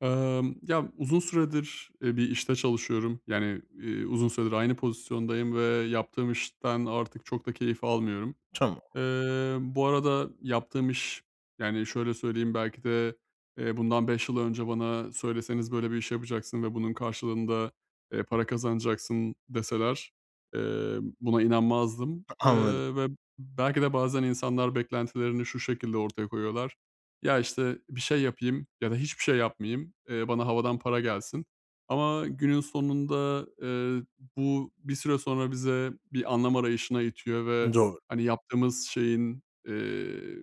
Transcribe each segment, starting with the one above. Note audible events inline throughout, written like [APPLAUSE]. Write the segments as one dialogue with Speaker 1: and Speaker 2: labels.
Speaker 1: Ya, uzun süredir, bir işte çalışıyorum. Yani, uzun süredir aynı pozisyondayım ve yaptığım işten artık çok da keyif almıyorum.
Speaker 2: Tamam,
Speaker 1: Bu arada yaptığım iş, yani, şöyle söyleyeyim, belki de, bundan 5 yıl önce bana söyleseniz böyle bir iş yapacaksın ve bunun karşılığında, para kazanacaksın deseler, buna inanmazdım,
Speaker 2: anladım.
Speaker 1: ve belki de bazen insanlar beklentilerini şu şekilde ortaya koyuyorlar. Ya, işte, bir şey yapayım ya da hiçbir şey yapmayayım, bana havadan para gelsin ama günün sonunda, bu bir süre sonra bize bir anlam arayışına itiyor ve
Speaker 2: Doğru.
Speaker 1: hani, yaptığımız şeyin,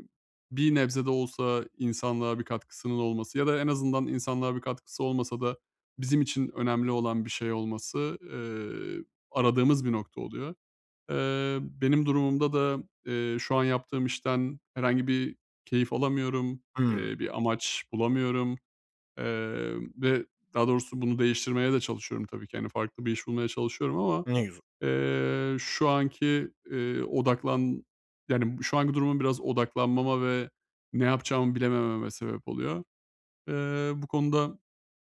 Speaker 1: bir nebze de olsa insanlığa bir katkısının olması ya da en azından insanlığa bir katkısı olmasa da bizim için önemli olan bir şey olması, aradığımız bir nokta oluyor. Benim durumumda da, şu an yaptığım işten herhangi bir keyif alamıyorum,
Speaker 2: Hımm.
Speaker 1: bir amaç bulamıyorum, ve daha doğrusu bunu değiştirmeye de çalışıyorum tabii ki. Yani farklı bir iş bulmaya çalışıyorum ama
Speaker 2: Ne güzel.
Speaker 1: Şu anki, odaklan yani, şu anki durumum biraz odaklanmama ve ne yapacağımı bilemememe sebep oluyor. Bu konuda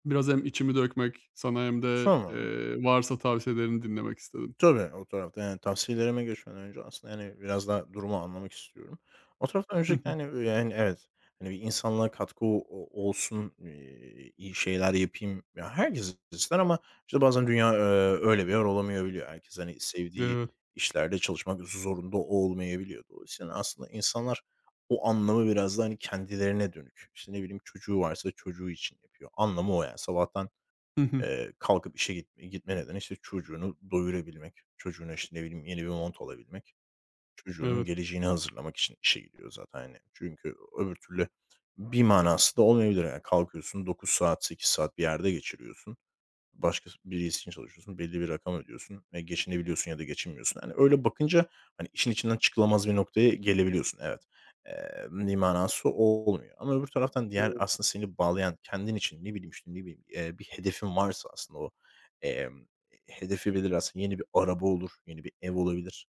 Speaker 1: biraz hem içimi dökmek sana hem de,
Speaker 2: Tamam.
Speaker 1: varsa tavsiyelerini dinlemek istedim.
Speaker 2: Tabii, o tarafta, yani, tavsiyelerime geçmeden önce aslında, yani biraz daha durumu anlamak istiyorum. O tarafta
Speaker 1: Hı
Speaker 2: öncelikle,
Speaker 1: hı.
Speaker 2: hani, yani, evet, hani, bir insanlığa katkı o olsun, iyi şeyler yapayım. Ya, herkes ister ama, işte, bazen dünya, öyle bir yer olamayabiliyor. Herkes, hani, sevdiği
Speaker 1: Evet.
Speaker 2: işlerde çalışmak zorunda olmayabiliyor. Dolayısıyla hani, aslında insanlar o anlamı biraz da, hani, kendilerine dönük. İşte, ne bileyim, çocuğu varsa çocuğu için yapıyor. Anlamı o yani. Sabahtan
Speaker 1: Hı hı.
Speaker 2: Kalkıp işe gitme nedeni, işte, çocuğunu doyurabilmek, çocuğuna, işte, ne bileyim, yeni bir mont alabilmek, çocuğunun
Speaker 1: Evet.
Speaker 2: geleceğini hazırlamak için işe gidiyor zaten, hani. Çünkü öbür türlü bir manası da olmayabilir. Yani kalkıyorsun 9 saat, 8 saat bir yerde geçiriyorsun. Başka birisi için çalışıyorsun, belli bir rakam ödüyorsun ve geçinebiliyorsun ya da geçinmiyorsun. Yani öyle bakınca, hani, işin içinden çıkılamaz bir noktaya gelebiliyorsun, evet. Bir manası olmuyor ama öbür taraftan diğer
Speaker 1: Evet.
Speaker 2: aslında seni bağlayan, kendin için, ne bileyim, işte, ne bileyim, bir hedefin varsa aslında o, emm, hedefi belirlersin. Yeni bir araba olur, yeni bir ev olabilir.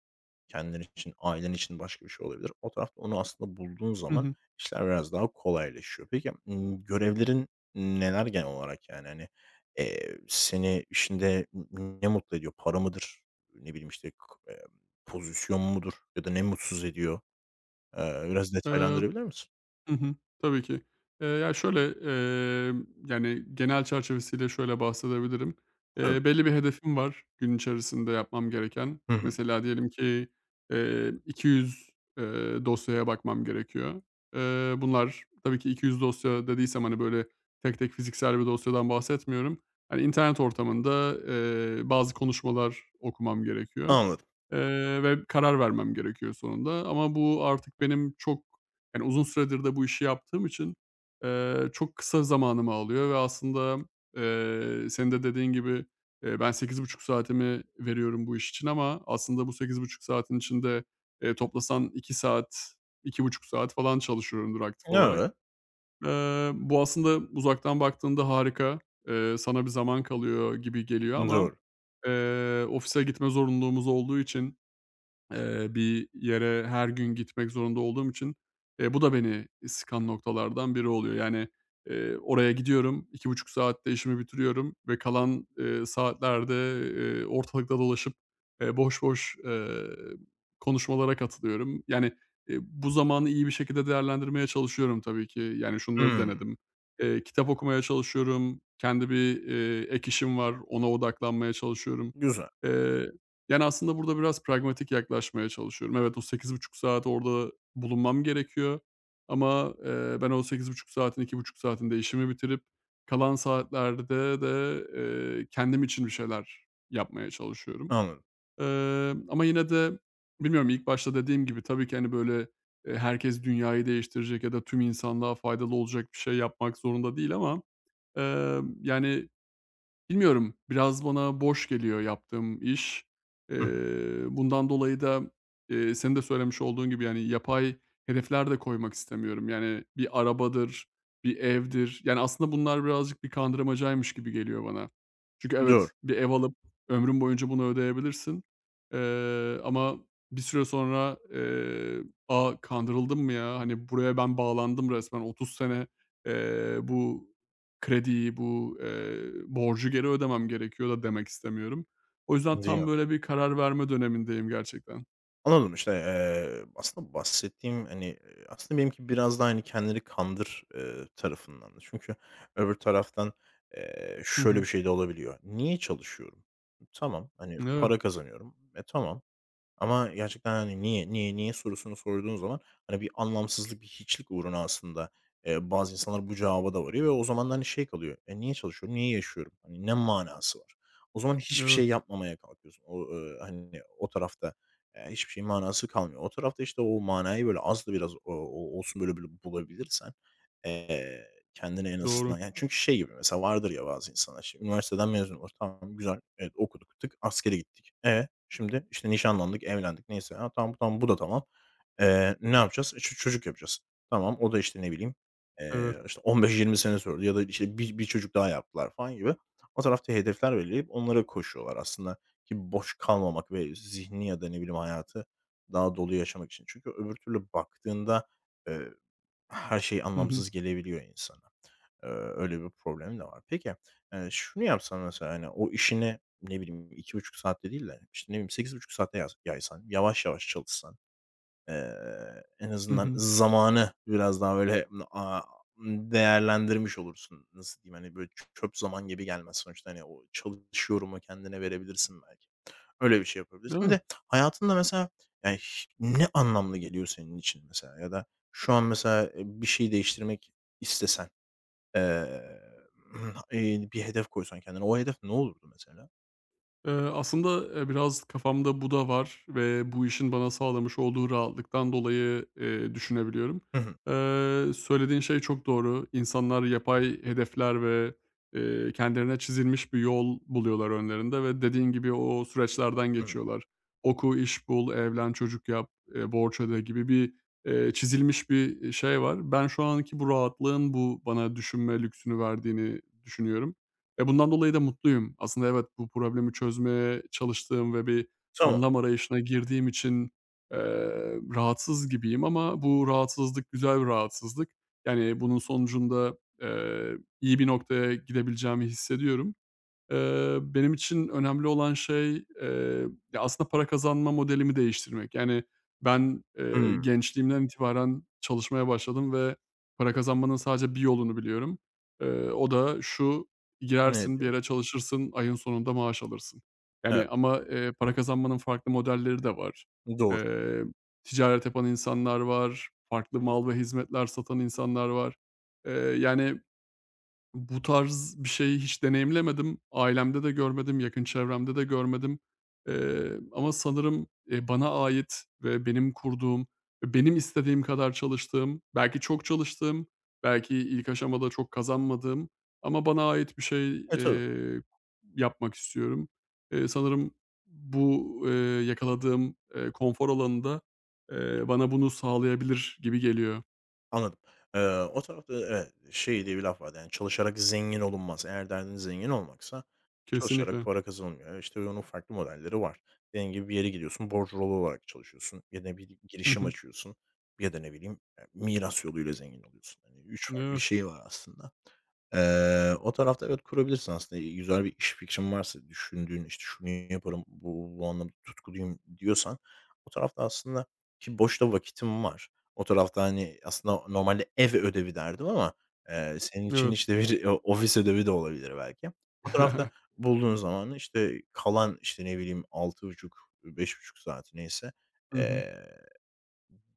Speaker 2: Kendin için, ailen için başka bir şey olabilir. O tarafta onu aslında bulduğun
Speaker 1: Hı
Speaker 2: zaman
Speaker 1: hı.
Speaker 2: işler biraz daha kolaylaşıyor. Peki, görevlerin neler genel olarak yani? Hani, seni işinde ne mutlu ediyor? Para mıdır? Ne bileyim, işte, k pozisyon mudur ya da ne mutsuz ediyor? Biraz detaylandırabilir misin?
Speaker 1: Hı hı. Tabii ki. Ya, şöyle, yani, genel çerçevesiyle şöyle bahsedebilirim. Eee,
Speaker 2: Tabii.
Speaker 1: belli bir hedefim var gün içerisinde yapmam gereken.
Speaker 2: Hı hı.
Speaker 1: Mesela diyelim ki, 200, dosyaya bakmam gerekiyor. Bunlar tabii ki 200 dosya dediysem, hani, böyle, tek tek fiziksel bir dosyadan bahsetmiyorum. Hani, internet ortamında, bazı konuşmalar okumam gerekiyor.
Speaker 2: Anladım.
Speaker 1: Ve karar vermem gerekiyor sonunda ama bu artık benim çok, yani, uzun süredir de bu işi yaptığım için, çok kısa zamanımı alıyor ve aslında, senin de dediğin gibi, ben 8,5 saatimi veriyorum bu iş için ama aslında bu 8,5 saatin içinde, toplasan 2 saat, 2,5 saat falan çalışıyorumdur aktif olarak.
Speaker 2: Evet.
Speaker 1: Bu aslında uzaktan baktığında harika, sana bir zaman kalıyor gibi geliyor ama,
Speaker 2: Doğru.
Speaker 1: ofise gitme zorunluluğumuz olduğu için. Bir yere her gün gitmek zorunda olduğum için, bu da beni sıkan noktalardan biri oluyor. Yani, oraya gidiyorum, 2,5 saatte işimi bitiriyorum ve kalan, saatlerde, ortalıkta dolaşıp, boş boş, konuşmalara katılıyorum. Yani, bu zamanı iyi bir şekilde değerlendirmeye çalışıyorum tabii ki. Yani, şunları
Speaker 2: Hımm.
Speaker 1: denedim. Kitap okumaya çalışıyorum. Kendi bir, ek işim var, ona odaklanmaya çalışıyorum.
Speaker 2: Güzel.
Speaker 1: Eee yani, aslında burada biraz pragmatik yaklaşmaya çalışıyorum. Evet, o 8,5 saat orada bulunmam gerekiyor ama, ben o 8,5 saatin 2,5 saatinde işimi bitirip kalan saatlerde de, kendim için bir şeyler yapmaya çalışıyorum.
Speaker 2: Anladım.
Speaker 1: Ama yine de bilmiyorum, ilk başta dediğim gibi tabii ki, hani, böyle, herkes dünyayı değiştirecek ya da tüm insanlığa faydalı olacak bir şey yapmak zorunda değil ama, yani, bilmiyorum, biraz bana boş geliyor yaptığım iş.
Speaker 2: Hı hı.
Speaker 1: Eee, bundan dolayı da, senin de söylemiş olduğun gibi, yani, yapay hedefler de koymak istemiyorum. Yani, bir arabadır, bir evdir. Yani, aslında bunlar birazcık bir kandırmacaymış gibi geliyor bana. Çünkü
Speaker 2: Doğru.
Speaker 1: evet, bir ev alıp ömrün boyunca bunu ödeyebilirsin, ama bir süre sonra, "A, kandırıldım mı ya? Hani, buraya ben bağlandım resmen 30 sene, bu krediyi, bu, borcu geri ödemem gerekiyor" da demek istemiyorum. O yüzden
Speaker 2: Değil mi?
Speaker 1: tam böyle bir karar verme dönemindeyim gerçekten.
Speaker 2: Anladım, işte, aslında bahsettiğim, hani, aslında benimki biraz daha, hani, kendini kandır, tarafındandı. Çünkü öbür taraftan,
Speaker 1: Hı
Speaker 2: şöyle bir
Speaker 1: hı.
Speaker 2: şey de olabiliyor. Niye çalışıyorum? Tamam, hani,
Speaker 1: Evet,
Speaker 2: para kazanıyorum. E, tamam. Ama gerçekten, hani, "Niye, niye, niye?" sorusunu sorduğun zaman, hani, bir anlamsızlık, bir hiçlik uğruna aslında, bazı insanlar bu cevaba da varıyor ve o zaman da, hani, şey kalıyor, "E, niye çalışıyorum, niye yaşıyorum? Hani, ne manası var?" O zaman hiçbir
Speaker 1: evet,
Speaker 2: şey yapmamaya kalkıyorsun. O, hani, o tarafta, hiçbir şeyin manası kalmıyor. O tarafta, işte, o manayı böyle az da biraz o olsun böyle böyle bulabilirsen, eee, kendine en
Speaker 1: doğru.
Speaker 2: azından. Yani çünkü şey gibi mesela vardır ya bazı insanlar, işte, üniversiteden mezun olur. Tamam, güzel. Evet, okuduk, tık askere gittik. E? Şimdi, işte, nişanlandık, evlendik neyse. Ha, tamam, tamam, bu da tamam. Ne yapacağız? E, çocuk yapacağız. Tamam, o da, işte, ne bileyim,
Speaker 1: Evet.
Speaker 2: işte, 15-20 sene sürdü ya da, işte, bir çocuk daha yaptılar falan gibi. O tarafta hedefler belirleyip onlara koşuyorlar aslında ki boş kalmamak ve zihni ya da ne bileyim hayatı daha dolu yaşamak için. Çünkü öbür türlü baktığında, eee, her şey
Speaker 1: Hı hı.
Speaker 2: anlamsız gelebiliyor insana. Öyle bir problem de var. Peki, şunu yapsan mesela, hani, o işini, ne bileyim, 2,5 saatte değil de, işte, ne bileyim, 8,5 saate yaysan, yavaş yavaş çalışsan, en
Speaker 1: Hı
Speaker 2: azından
Speaker 1: hı.
Speaker 2: zamanı biraz daha böyle, değerlendirmiş olursun. Nasıl diyeyim, hani, böyle, çöp zaman gibi gelmez. Sonuçta, hani, o çalışıyorumu kendine verebilirsin belki. Öyle bir şey yapabilirsin. Bir
Speaker 1: Evet.
Speaker 2: de hayatında mesela, yani, ne anlamlı geliyor senin için mesela ya da şu an mesela, bir şey değiştirmek istesen, Eee, bir hedef koysan kendine, o hedef ne olurdu mesela?
Speaker 1: Aslında, biraz kafamda bu da var ve bu işin bana sağlamış olduğu rahatlıktan dolayı, düşünebiliyorum.
Speaker 2: Hı hı.
Speaker 1: Söylediğin şey çok doğru. İnsanlar yapay hedefler ve, kendilerine çizilmiş bir yol buluyorlar önlerinde ve dediğin gibi o süreçlerden
Speaker 2: Hı hı.
Speaker 1: geçiyorlar. Oku, iş bul, evlen, çocuk yap, borç öde gibi bir, çizilmiş bir, şey var. Ben şu anki bu rahatlığın bu bana düşünme lüksünü verdiğini düşünüyorum. Ve bundan dolayı da mutluyum. Aslında evet, bu problemi çözmeye çalıştığım ve bir
Speaker 2: Tamam.
Speaker 1: anlam arayışına girdiğim için, eee, rahatsız gibiyim ama bu rahatsızlık güzel bir rahatsızlık. Yani bunun sonucunda, iyi bir noktaya gidebileceğimi hissediyorum. Benim için önemli olan şey, ya, aslında para kazanma modelimi değiştirmek. Yani, ben,
Speaker 2: Hımm.
Speaker 1: gençliğimden itibaren çalışmaya başladım ve para kazanmanın sadece bir yolunu biliyorum. O da şu: Girersin, bir
Speaker 2: Nedir?
Speaker 1: yere çalışırsın, ayın sonunda maaş alırsın.
Speaker 2: Evet.
Speaker 1: Yani, ama, para kazanmanın farklı modelleri de var.
Speaker 2: Doğru.
Speaker 1: Eee, ticaret yapan insanlar var, farklı mal ve hizmetler satan insanlar var. Eee, yani, bu tarz bir şeyi hiç deneyimlemedim. Ailemde de görmedim, yakın çevremde de görmedim. Ama sanırım, bana ait ve benim kurduğum ve benim istediğim kadar çalıştığım, belki çok çalıştığım, belki ilk aşamada çok kazanmadığım ama bana ait bir şey,
Speaker 2: E, tabii.
Speaker 1: yapmak istiyorum. Sanırım bu, yakaladığım, konfor alanında da, bana bunu sağlayabilir gibi geliyor.
Speaker 2: Anladım. Eee, O tarafta evet, şey diye bir laf vardı, yani, "Çalışarak zengin olunmaz." Eğer derdin zengin olmaksa çalışarak
Speaker 1: Kesinlikle.
Speaker 2: para kazanılmıyor. İşte, onun farklı modelleri var. Dediğin gibi bir yere gidiyorsun, borçlu olarak çalışıyorsun ya da bir
Speaker 1: Hı
Speaker 2: girişim
Speaker 1: hı.
Speaker 2: açıyorsun ya da ne bileyim, miras yoluyla zengin oluyorsun. Hani, üç farklı
Speaker 1: Evet,
Speaker 2: şey var aslında. O tarafta evet, kurabilirsin aslında. Güzel bir iş fikrin varsa, düşündüğün, işte, "Şunu yaparım, bu anlamda tutkuluyum." diyorsan o tarafta aslında ki boşta vakitim var. O tarafta, hani, aslında normalde ev ödevi derdim ama, senin için,
Speaker 1: evet.
Speaker 2: işte, bir o ofis ödevi de olabilir belki. O tarafta
Speaker 1: [LAUGHS]
Speaker 2: bulduğun zaman işte, kalan, işte, ne bileyim, 6,5 5,5 saati neyse,
Speaker 1: Hı hı.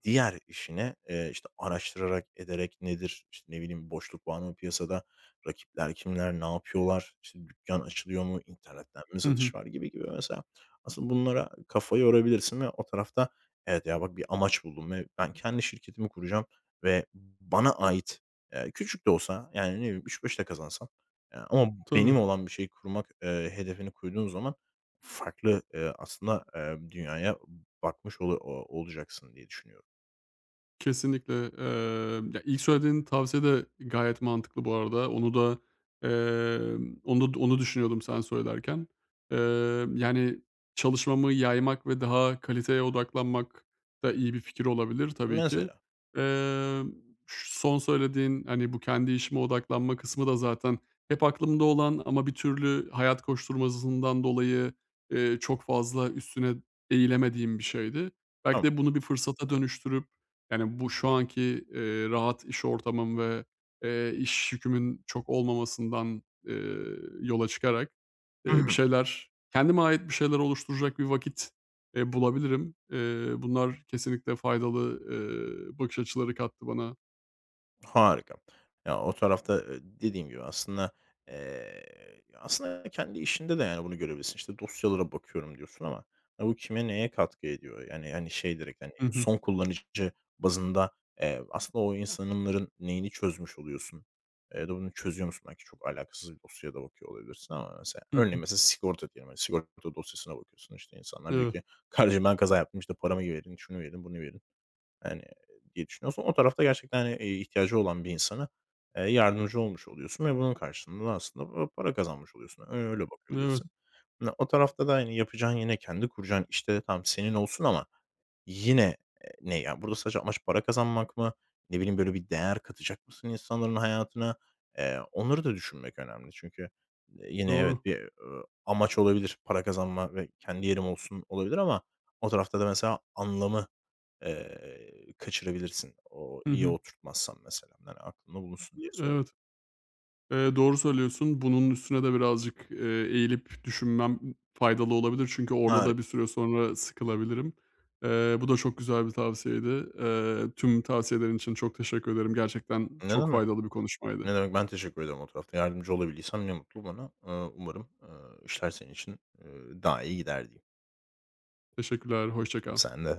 Speaker 2: diğer işine, işte, araştırarak, ederek nedir, işte, ne bileyim, boşluk var mı piyasada, rakipler kimler, ne yapıyorlar, işte, dükkan açılıyor mu, internetten mi
Speaker 1: Hı hı.
Speaker 2: satış var gibi gibi mesela. Aslında bunlara kafayı yorabilirsin ve o tarafta, "Evet ya, bak bir amaç buldum ve ben kendi şirketimi kuracağım ve bana ait, küçük de olsa, yani, ne bileyim, üç 5 de kazansam, ama benim
Speaker 1: Tabii.
Speaker 2: olan bir şeyi kurmak, hedefini koyduğun zaman farklı, aslında, dünyaya bakmış olu o olacaksın." diye düşünüyorum.
Speaker 1: Kesinlikle. Ya, ilk söylediğin tavsiye de gayet mantıklı bu arada. Onu da, onu düşünüyordum sen söylerken. Eee, yani, çalışmamı yaymak ve daha kaliteye odaklanmak da iyi bir fikir olabilir tabii ki.
Speaker 2: Mesela.
Speaker 1: Emm, ş son söylediğin, hani, bu kendi işime odaklanma kısmı da zaten hep aklımda olan ama bir türlü hayat koşturmasından dolayı, çok fazla üstüne eğilemediğim bir şeydi. Belki
Speaker 2: Tamam.
Speaker 1: de bunu bir fırsata dönüştürüp yani, bu şu anki, rahat iş ortamım ve, iş yükümün çok olmamasından, yola çıkarak,
Speaker 2: Hı
Speaker 1: bir
Speaker 2: hı.
Speaker 1: şeyler, kendime ait bir şeyler oluşturacak bir vakit, bulabilirim. Bunlar kesinlikle faydalı, bakış açıları kattı bana.
Speaker 2: Harika. Ya, o tarafta, dediğim gibi aslında, aslında kendi işinde de, yani, bunu görebilirsin. İşte, dosyalara bakıyorum diyorsun ama, ya, bu kime neye katkı ediyor? Yani, hani, şey direkt, hani,
Speaker 1: Hı hı.
Speaker 2: son kullanıcı bazında, aslında o insanların neyini çözmüş oluyorsun, ya da bunu çözüyor musun? Belki çok alakasız bir dosyaya da bakıyor olabilirsin ama mesela
Speaker 1: Hı
Speaker 2: örneğin
Speaker 1: hı.
Speaker 2: mesela sigorta diyelim. Hani, sigorta dosyasına bakıyorsun, işte, insanlar diyor
Speaker 1: Evet,
Speaker 2: ki, "Kardeşim ben kaza yaptım, işte, paramı verin, şunu verin, bunu verin." Yani, diye düşünüyorsan o tarafta gerçekten, hani, ihtiyacı olan bir insana, yardımcı olmuş oluyorsun ve bunun karşılığında da aslında, para kazanmış oluyorsun. Öyle
Speaker 1: evet,
Speaker 2: bakabilirsin. O tarafta da, hani, yapacağın yine kendi kuracağın işte, tam senin olsun ama yine, ne ya, burada sadece amaç para kazanmak mı? Ne bileyim, böyle bir değer katacak mısın insanların hayatına? Onları da düşünmek önemli. Çünkü, yine
Speaker 1: doğru.
Speaker 2: evet, bir, amaç olabilir, para kazanma ve kendi yerim olsun olabilir ama o tarafta da mesela anlamı, kaçırabilirsin. O
Speaker 1: Hı
Speaker 2: iyi
Speaker 1: hı.
Speaker 2: oturtmazsan mesela. Yani aklında bulunsun diye söyledim.
Speaker 1: Evet. Doğru söylüyorsun. Bunun üstüne de birazcık, eğilip düşünmem faydalı olabilir. Çünkü orada da bir
Speaker 2: Harika.
Speaker 1: süre sonra sıkılabilirim. Bu da çok güzel bir tavsiyeydi. Tüm tavsiyelerin için çok teşekkür ederim. Gerçekten
Speaker 2: Ne
Speaker 1: çok
Speaker 2: demek,
Speaker 1: faydalı bir konuşmaydı.
Speaker 2: ne demek. Ben teşekkür ederim o tarafta. Yardımcı olabildiysem ne mutlu bana. Umarım, işler senin için, eee, daha iyi gider diyeyim.
Speaker 1: Teşekkürler, hoşça kal.
Speaker 2: Sen de.